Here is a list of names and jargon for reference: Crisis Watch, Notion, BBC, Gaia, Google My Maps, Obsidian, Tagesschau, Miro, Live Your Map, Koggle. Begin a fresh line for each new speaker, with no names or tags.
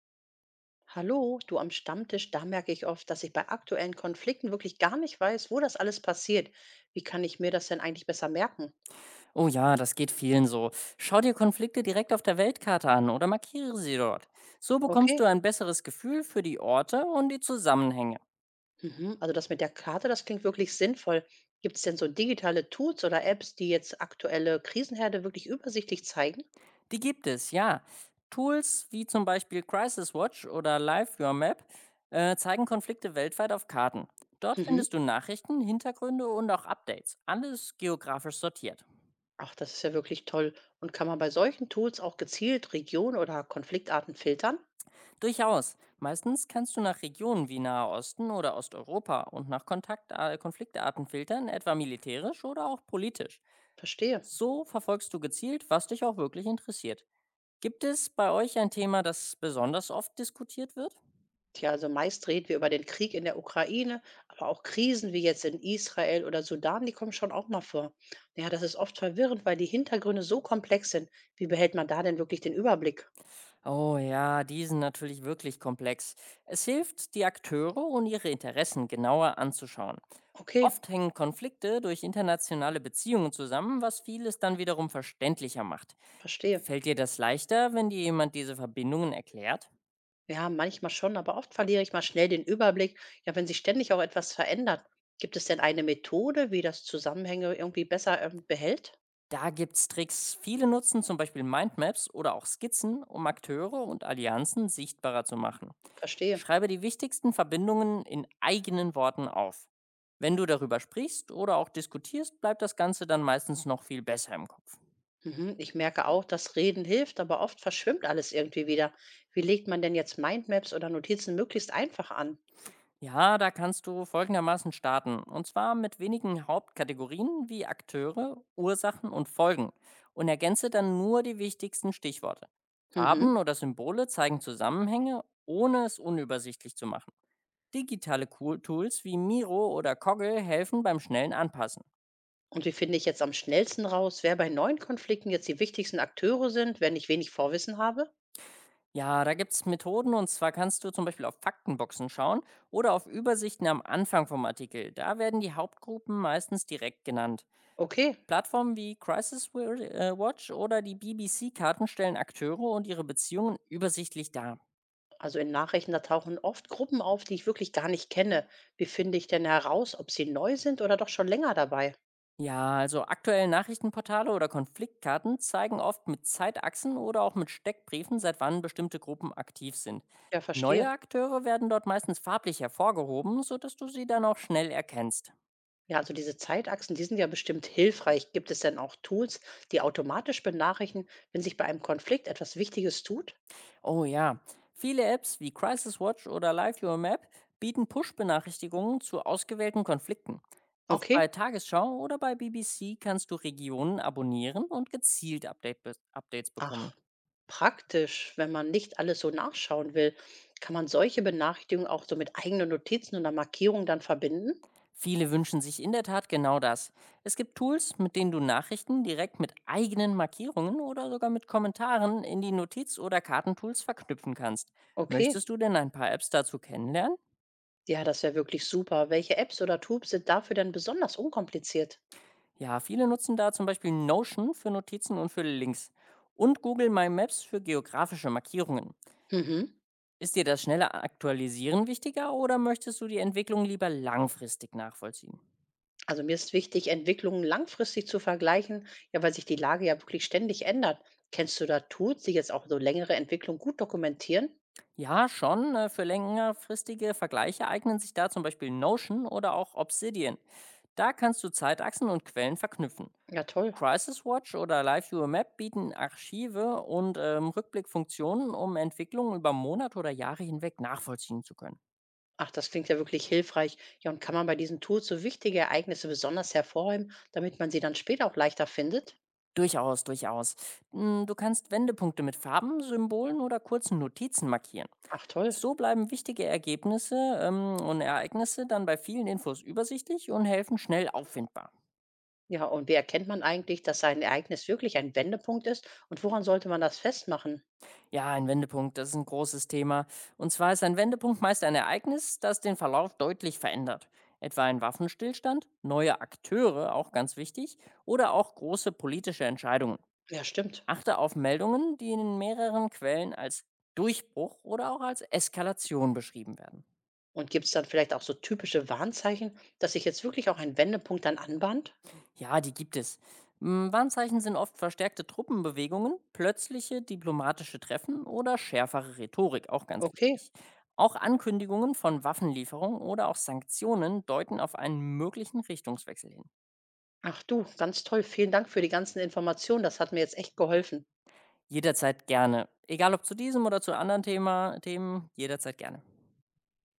Hallo, du am Stammtisch, da merke ich oft, dass ich bei aktuellen Konflikten wirklich gar nicht weiß, wo das alles passiert. Wie kann ich mir das denn eigentlich besser merken?
Oh ja, das geht vielen so. Schau dir Konflikte direkt auf der Weltkarte an oder markiere sie dort. So bekommst
Okay,
du ein besseres Gefühl für die Orte und die Zusammenhänge.
mhm. Also das mit der Karte, das klingt wirklich sinnvoll. Gibt es denn so digitale Tools oder Apps, die jetzt aktuelle Krisenherde wirklich übersichtlich zeigen?
Die gibt es, ja. Tools wie zum Beispiel Crisis Watch oder Live Your Map zeigen Konflikte weltweit auf Karten. Dort
Mhm.
findest du Nachrichten, Hintergründe und auch Updates, alles geografisch sortiert.
Ach, das ist ja wirklich toll. Und kann man bei solchen Tools auch gezielt Regionen oder Konfliktarten filtern?
Durchaus. Meistens kannst du nach Regionen wie Nahe Osten oder Osteuropa und nach Kontakt Konfliktarten filtern, etwa militärisch oder auch politisch.
Verstehe.
So verfolgst du gezielt, was dich auch wirklich interessiert. Gibt es bei euch ein Thema, das besonders oft diskutiert wird?
Tja, also meist reden wir über den Krieg in der Ukraine, aber auch Krisen wie jetzt in Israel oder Sudan, die kommen schon auch mal vor. Ja, das ist oft verwirrend, weil die Hintergründe so komplex sind. Wie behält man da denn wirklich den Überblick?
Oh ja, die sind natürlich wirklich komplex. Es hilft, die Akteure und ihre Interessen genauer anzuschauen.
Okay,
Oft hängen Konflikte durch internationale Beziehungen zusammen, was vieles dann wiederum verständlicher macht.
verstehe.
Fällt dir das leichter, wenn dir jemand diese Verbindungen erklärt?
Ja, manchmal schon, aber oft verliere ich mal schnell den Überblick. Ja, wenn sich ständig auch etwas verändert. Gibt es denn eine Methode, wie das Zusammenhänge irgendwie besser behält?
Da gibt's Tricks. Viele nutzen zum Beispiel Mindmaps oder auch Skizzen, um Akteure und Allianzen sichtbarer zu machen.
Verstehe.
Schreibe die wichtigsten Verbindungen in eigenen Worten auf. Wenn du darüber sprichst oder auch diskutierst, bleibt das Ganze dann meistens noch viel besser im Kopf.
Mhm, ich merke auch, dass Reden hilft, aber oft verschwimmt alles irgendwie wieder. Wie legt man denn jetzt Mindmaps oder Notizen möglichst einfach an?
Ja, da kannst du folgendermaßen starten, und zwar mit wenigen Hauptkategorien wie Akteure, Ursachen und Folgen. Und ergänze dann nur die wichtigsten Stichworte. Farben
Mhm.
oder Symbole zeigen Zusammenhänge, ohne es unübersichtlich zu machen. Digitale Tools wie Miro oder Koggle helfen beim schnellen Anpassen.
Und wie finde ich jetzt am schnellsten raus, wer bei neuen Konflikten jetzt die wichtigsten Akteure sind, wenn ich wenig Vorwissen habe?
Ja, da gibt's Methoden, und zwar kannst du zum Beispiel auf Faktenboxen schauen oder auf Übersichten am Anfang vom Artikel. Da werden die Hauptgruppen meistens direkt genannt.
Okay,
Plattformen wie Watch oder die BBC-Karten stellen Akteure und ihre Beziehungen übersichtlich dar.
also in Nachrichten, da tauchen oft Gruppen auf, die ich wirklich gar nicht kenne. Wie finde ich denn heraus, ob sie neu sind oder doch schon länger dabei?
Ja, also aktuelle Nachrichtenportale oder Konfliktkarten zeigen oft mit Zeitachsen oder auch mit Steckbriefen, seit wann bestimmte Gruppen aktiv sind.
Ja,
Neue
verstehe.
Akteure werden dort meistens farblich hervorgehoben, sodass du sie dann auch schnell erkennst.
Ja, also diese Zeitachsen, die sind ja bestimmt hilfreich. Gibt es denn auch Tools, die automatisch benachrichtigen, wenn sich bei einem Konflikt etwas Wichtiges tut?
Oh ja, viele Apps wie Crisis Watch oder Live Your Map bieten Push-Benachrichtigungen zu ausgewählten Konflikten. Auch
Okay.
bei Tagesschau oder bei BBC kannst du Regionen abonnieren und gezielt Updates bekommen.
Ach, praktisch, wenn man nicht alles so nachschauen will, kann man solche Benachrichtigungen auch so mit eigenen Notizen oder Markierungen dann verbinden?
Viele wünschen sich in der Tat genau das. Es gibt Tools, mit denen du Nachrichten direkt mit eigenen Markierungen oder sogar mit Kommentaren in die Notiz- oder Kartentools verknüpfen kannst.
Okay,
Möchtest du denn ein paar Apps dazu kennenlernen?
ja, das wäre wirklich super. Welche Apps oder Tools sind dafür denn besonders unkompliziert?
Ja, viele nutzen da zum Beispiel Notion für Notizen und für Links und Google My Maps für geografische Markierungen.
Mhm.
Ist dir das schnelle Aktualisieren wichtiger oder möchtest du die Entwicklung lieber langfristig nachvollziehen?
Also mir ist wichtig, Entwicklungen langfristig zu vergleichen, ja, weil sich die Lage ja wirklich ständig ändert. Kennst du da Tools, die jetzt auch so längere Entwicklung gut dokumentieren?
Ja, schon. Für längerfristige Vergleiche eignen sich da zum Beispiel Notion oder auch Obsidian. Da kannst du Zeitachsen und Quellen verknüpfen.
Ja, toll.
Crisis Watch oder Live Your Map bieten Archive und Rückblickfunktionen, um Entwicklungen über Monate oder Jahre hinweg nachvollziehen zu können.
Ach, das klingt ja wirklich hilfreich. Ja, und kann man bei diesen Tools so wichtige Ereignisse besonders hervorheben, damit man sie dann später auch leichter findet?
Durchaus, durchaus. Du kannst Wendepunkte mit Farben, Symbolen oder kurzen Notizen markieren.
Ach, toll.
So bleiben wichtige Ergebnisse und Ereignisse dann bei vielen Infos übersichtlich und helfen schnell auffindbar.
Ja, und wie erkennt man eigentlich, dass ein Ereignis wirklich ein Wendepunkt ist? Und woran sollte man das festmachen?
Ja, ein Wendepunkt, das ist ein großes Thema. Und zwar ist ein Wendepunkt meist ein Ereignis, das den Verlauf deutlich verändert. Etwa ein Waffenstillstand, neue Akteure, auch ganz wichtig, oder auch große politische Entscheidungen.
Ja, stimmt.
Achte auf Meldungen, die in mehreren Quellen als Durchbruch oder auch als Eskalation beschrieben werden.
Und gibt es dann vielleicht auch so typische Warnzeichen, dass sich jetzt wirklich auch ein Wendepunkt dann anbahnt?
Ja, die gibt es. Warnzeichen sind oft verstärkte Truppenbewegungen, plötzliche diplomatische Treffen oder schärfere Rhetorik, auch ganz
Okay,
wichtig. Auch Ankündigungen von Waffenlieferungen oder auch Sanktionen deuten auf einen möglichen Richtungswechsel hin.
ach du, ganz toll. Vielen Dank für die ganzen Informationen. Das hat mir jetzt echt geholfen.
Jederzeit gerne. Egal ob zu diesem oder zu anderen Themen, jederzeit gerne.